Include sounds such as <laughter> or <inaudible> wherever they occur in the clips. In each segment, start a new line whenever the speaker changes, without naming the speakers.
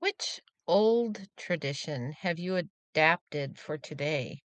Which old tradition have you adapted for today,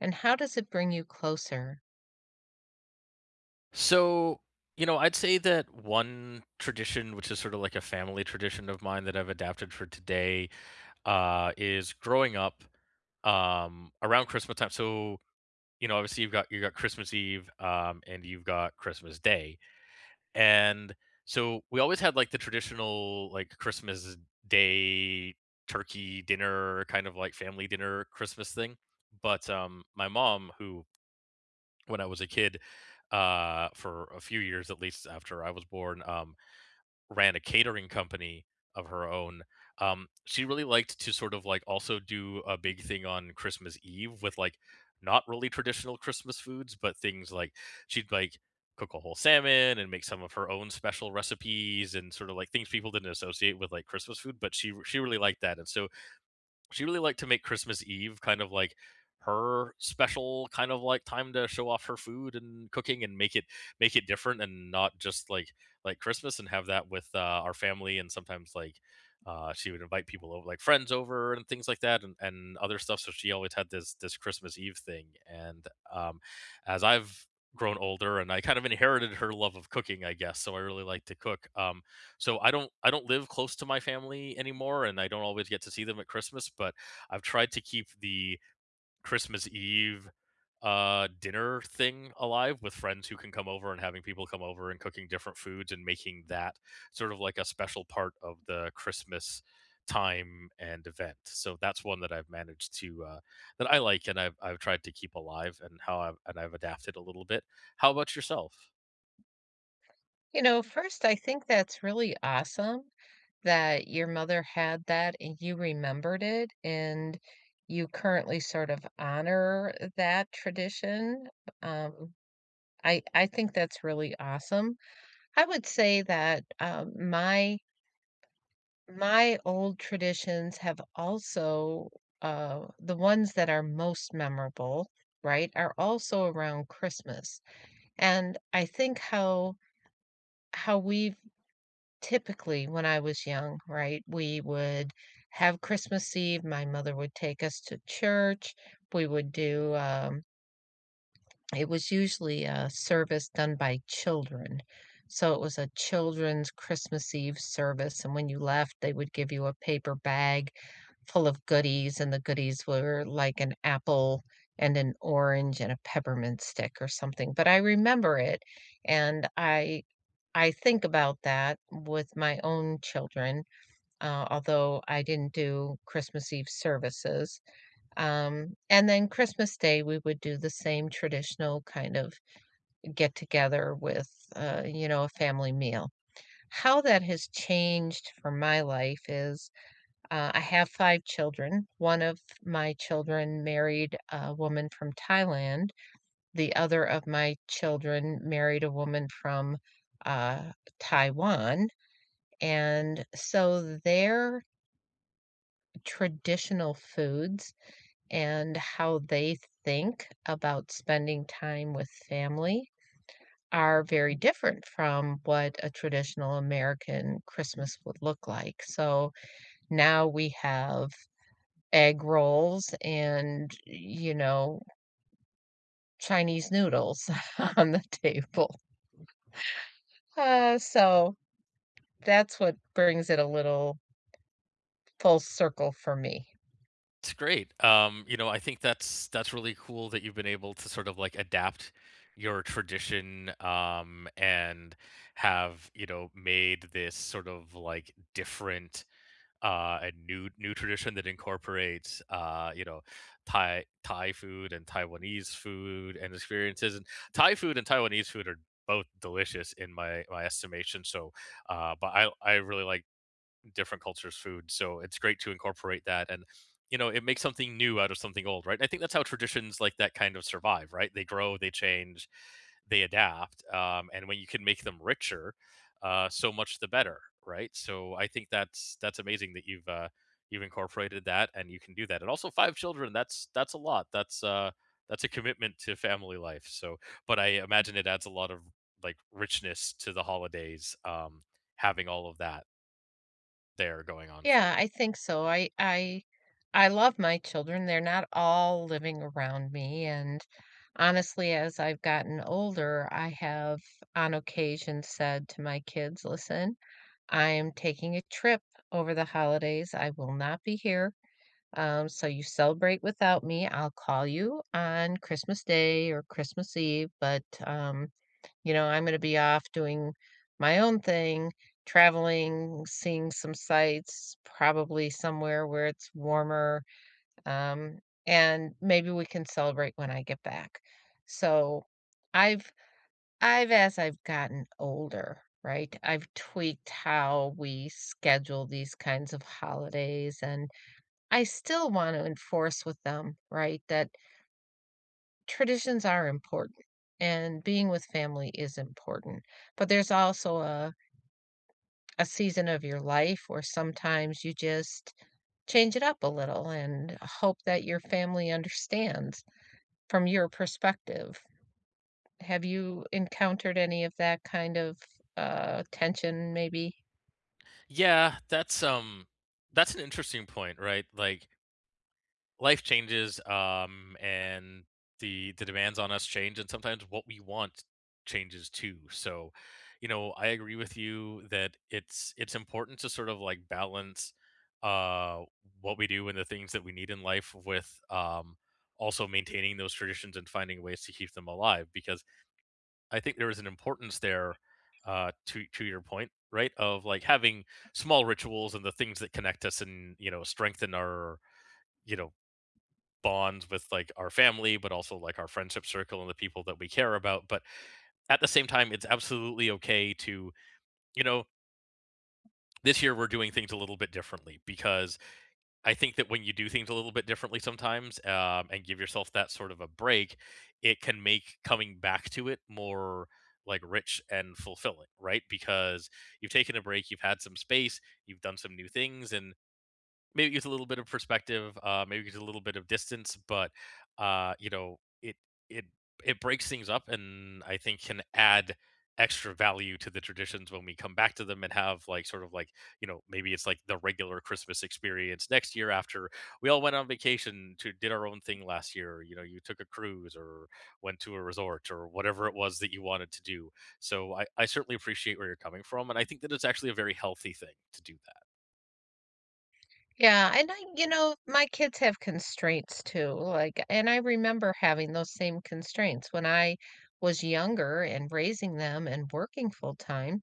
and how does it bring you closer?
So, I'd say that one tradition, which is sort of like a family tradition of mine that I've adapted for today, is growing up around Christmas time. So, obviously you got Christmas Eve, and you've got Christmas Day, and so we always had like the traditional like Christmas Day turkey dinner, kind of like family dinner Christmas thing. But my mom, who when I was a kid, for a few years at least after I was born, ran a catering company of her own. She really liked to sort of like also do a big thing on Christmas Eve with like not really traditional Christmas foods, but things like she'd like cook a whole salmon and make some of her own special recipes and sort of like things people didn't associate with like Christmas food, but she really liked that. And so she really liked to make Christmas Eve kind of like her special kind of like time to show off her food and cooking and make it different and not just like Christmas and have that with our family and sometimes like she would invite people over like friends over and things like that and other stuff, so she always had this Christmas Eve thing and as I've grown older and I kind of inherited her love of cooking, I guess, so I really like to cook, so I don't live close to my family anymore and I don't always get to see them at Christmas, but I've tried to keep the Christmas Eve dinner thing alive with friends who can come over and having people come over and cooking different foods and making that sort of like a special part of the Christmas time and event. So that's one that I've managed to that I like and I've tried to keep alive and how I've adapted a little bit. How about yourself?
You know, first, I think that's really awesome that your mother had that and you remembered it, and you currently sort of honor that tradition. Um, I think that's really awesome. I would say that my old traditions have also, the ones that are most memorable, right, are also around Christmas. And I think how we've typically, when I was young, right, we would have Christmas Eve. My mother would take us to church. We would do it was usually a service done by children. So it was a children's Christmas Eve service, and when you left, they would give you a paper bag full of goodies, and the goodies were like an apple and an orange and a peppermint stick or something. But I remember it, and I think about that with my own children, although I didn't do Christmas Eve services. And then Christmas Day, we would do the same traditional kind of get together with, you know, a family meal. How that has changed for my life is I have five children. One of my children married a woman from Thailand. The other of my children married a woman from uh, Taiwan. And so their traditional foods and how they think about spending time with family are very different from what a traditional American Christmas would look like. So now we have egg rolls and, you know, Chinese noodles <laughs> on the table. So that's what brings it a little full circle for me.
It's great. You know, I think that's really cool that you've been able to sort of like adapt your tradition and have, you know, made this sort of like different and new tradition that incorporates, you know, Thai food and Taiwanese food and experiences. And Thai food and Taiwanese food are both delicious in my estimation. So but I really like different cultures' food. So it's great to incorporate that, and you know, it makes something new out of something old, right? I think that's how traditions like that kind of survive, right? They grow, they change, they adapt. And when you can make them richer, so much the better, right? So I think that's amazing that you've incorporated that and you can do that. And also five children, that's a lot. That's a commitment to family life. So but I imagine it adds a lot of like richness to the holidays, having all of that there going on for
Yeah, I
you.
think so. I love my children. They're not all living around me, and honestly, as I've gotten older, I have on occasion said to my kids, "Listen, I am taking a trip over the holidays. I will not be here. So you celebrate without me. I'll call you on Christmas Day or Christmas Eve, but you know, I'm gonna be off doing my own thing, traveling, seeing some sights, probably somewhere where it's warmer, um, and maybe we can celebrate when I get back. So I've I've as I've gotten older, right, I've tweaked how we schedule these kinds of holidays, and I still want to enforce with them, right, that traditions are important and being with family is important, but there's also a season of your life where sometimes you just change it up a little and hope that your family understands from your perspective. Have you encountered any of that kind of, tension maybe?
Yeah, that's an interesting point, right? Like life changes and the demands on us change and sometimes what we want changes too. So, you know, I agree with you that it's important to sort of like balance uh what we do and the things that we need in life with also maintaining those traditions and finding ways to keep them alive because I think there is an importance there, to your point, right? Of like having small rituals and the things that connect us and, you know, strengthen our, you know, bonds with like our family, but also like our friendship circle and the people that we care about. But at the same time, it's absolutely okay to, you know, this year we're doing things a little bit differently because I think that when you do things a little bit differently sometimes, and give yourself that sort of a break, it can make coming back to it more like rich and fulfilling, right? Because you've taken a break, you've had some space, you've done some new things, and maybe it gives a little bit of perspective, maybe it gives a little bit of distance, but, you know, it it breaks things up and I think can add extra value to the traditions when we come back to them and have, like, sort of like, you know, maybe it's like the regular Christmas experience next year after we all went on vacation to did our own thing last year, you know, you took a cruise or went to a resort or whatever it was that you wanted to do. So I certainly appreciate where you're coming from, and I think that it's actually a very healthy thing to do that.
Yeah, and I you know, my kids have constraints too, like and I remember having those same constraints when I was younger and raising them and working full time.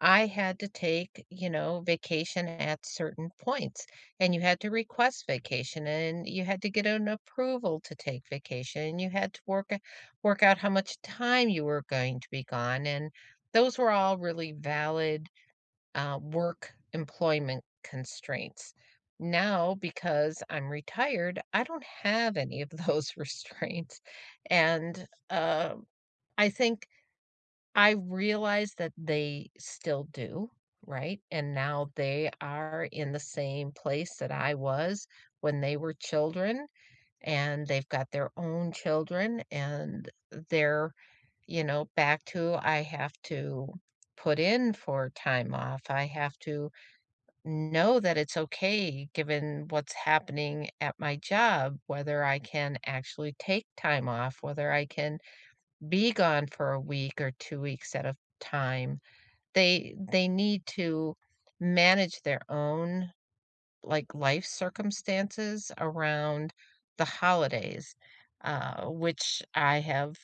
I had to take, you know, vacation at certain points and you had to request vacation and you had to get an approval to take vacation and you had to work out how much time you were going to be gone and those were all really valid work employment constraints. Now, because I'm retired, I don't have any of those <laughs> restraints. And I think I realize that they still do, right? And now they are in the same place that I was when they were children, and they've got their own children, and they're, you know, back to I have to put in for time off. I have to know that it's okay given what's happening at my job, whether I can actually take time off, whether I can be gone for a week or 2 weeks at a time. They need to manage their own, like, life circumstances around the holidays, which I have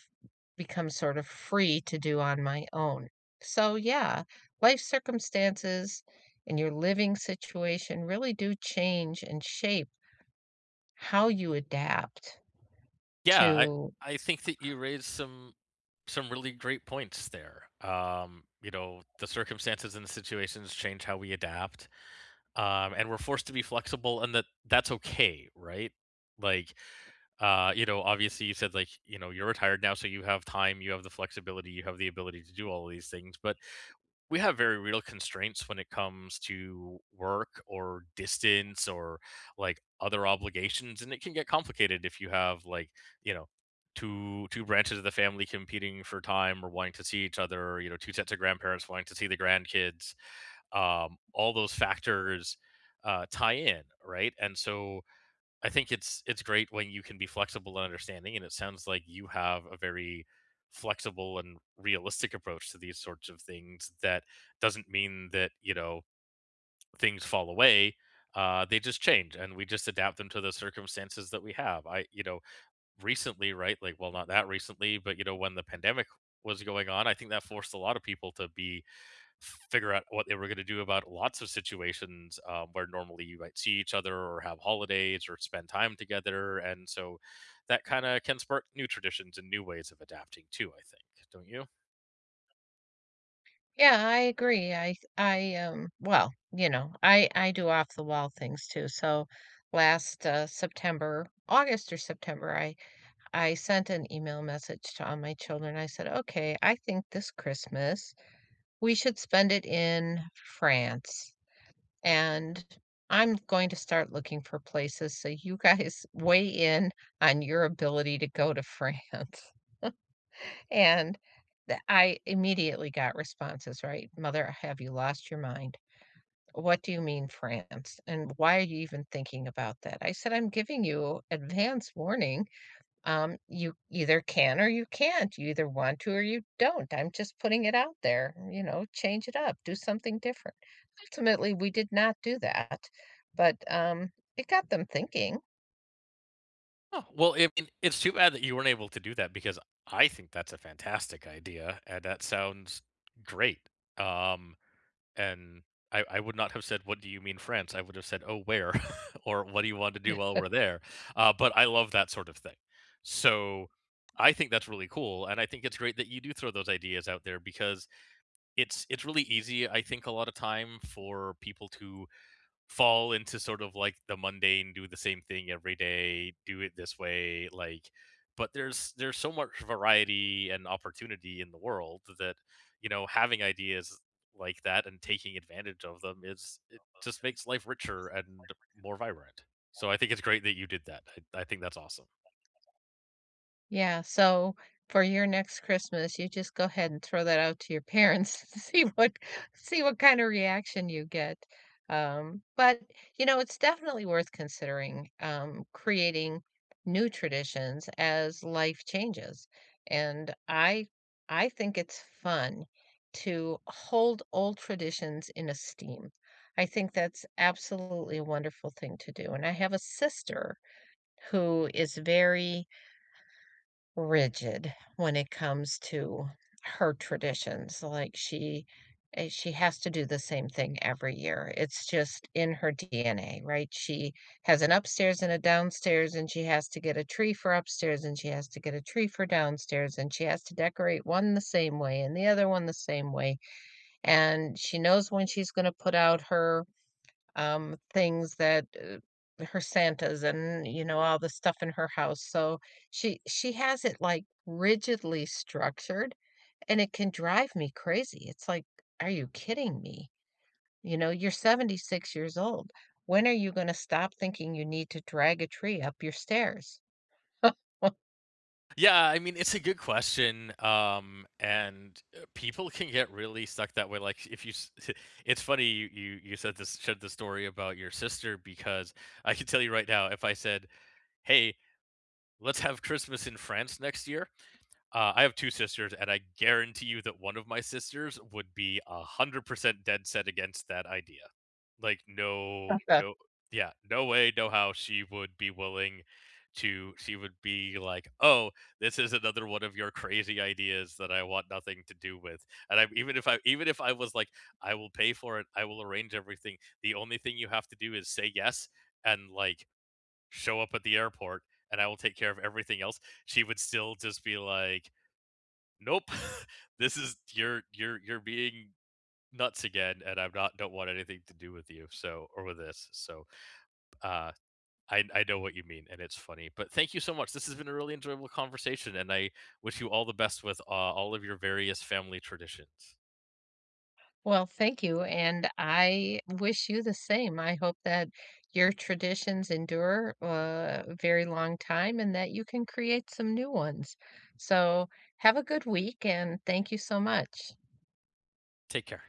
become sort of free to do on my own. So, yeah, life circumstances and your living situation really do change and shape how you adapt
Yeah, I
to.
I think that you raised some really great points there. You know, the circumstances and the situations change how we adapt, and we're forced to be flexible, and that's okay, right? Like you know, obviously you said, like, you know, you're retired now, so you have time, you have the flexibility, you have the ability to do all of these things, but we have very real constraints when it comes to work or distance or like other obligations, and it can get complicated if you have, like, you know, two branches of the family competing for time or wanting to see each other, or, you know, two sets of grandparents wanting to see the grandkids, all those factors tie in, right? And so I think it's great when you can be flexible and understanding, and it sounds like you have a very flexible and realistic approach to these sorts of things. That doesn't mean that, you know, things fall away; they just change, and we just adapt them to the circumstances that we have. I, you know, recently, right? Like, well, not that recently, but you know, when the pandemic was going on, I think that forced a lot of people to be figure out what they were going to do about lots of situations, where normally you might see each other or have holidays or spend time together. And so that kind of can spark new traditions and new ways of adapting too, I think, don't you?
Yeah, I agree. I well, you know, I do off the wall things too. So last September, August or September, I sent an email message to all my children. I said, "Okay, I think this Christmas we should spend it in France, and I'm going to start looking for places, so you guys <laughs> weigh in on your ability to go to France." <laughs> And the I immediately got responses, right? "Mother, have you lost your mind? What do you mean France? And why are you even thinking about that?" I said, "I'm giving you advance warning. You either can or you can't. You either want to or you don't. I'm just putting it out there. You know, change it up, do something different." Ultimately, we did not do that, but it got them thinking.
Oh, well, I mean, it's too bad that you weren't able to do that because I think that's a fantastic idea and that sounds great. Um, And I would not have said, "What do you mean France?" I would have said, "Oh, where?" <laughs> or "What do you want to do while we're there?" But I love that sort of thing. So I think that's really cool, and I think it's great that you do throw those ideas out there because it's really easy, I think, a lot of time for people to fall into sort of like the mundane, do the same thing every day, do it this way, like, but there's so much variety and opportunity in the world that, you know, having ideas like that and taking advantage of them is, it just makes life richer and more vibrant. So I think it's great that you did that. I think that's awesome.
Yeah, so for your next Christmas, you just go ahead and throw that out to your parents <laughs> and see what kind of reaction you get. But you know, it's definitely worth considering creating new traditions as life changes. And I think it's fun to hold old traditions in esteem. I think that's absolutely a wonderful thing to do. And I have a sister who is very rigid when it comes to her traditions. Like she has to do the same thing every year. It's just in her DNA, right? She has an upstairs and a downstairs and she has to get a tree for upstairs and she has to get a tree for downstairs and she has to decorate one the same way and the other one the same way. And she knows when she's going to put out her things that her Santas and you know all the stuff in her house. So she has it like rigidly structured, and it can drive me crazy. It's like, are you kidding me? You know, you're 76 years old. When are you going to stop thinking you need to drag a tree up your stairs? <laughs> What
Yeah, I mean, it's a good question. And people can get really stuck that way. Like, if you, s- <laughs> it's funny you said this, shared the story about your sister, because I can tell you right now, if I said, "Hey, let's have Christmas in France next year," I have 2 sisters, and I guarantee you that one of my sisters would be 100% dead set against that idea. Like, no
the.
no yeah, no way, no how she would be like, "Oh, this is another one of your crazy ideas that I want nothing to do with." And I'm even if I was like, "I will pay for it, I will arrange everything. The only thing you have to do is say yes and, like, show up at the airport, and I will take care of everything else," she would still just be like, "Nope." <laughs> This is you're being nuts again, and I'm not don't want anything to do with you, or with this. So, uh, I know what you mean, and it's funny. But thank you so much. This has been a really enjoyable conversation, and I wish you all the best with, all of your various family traditions.
Well, thank you. And I wish you the same. I hope that your traditions endure a very long time and that you can create some new ones. So, have a good week and thank you so much.
Take care.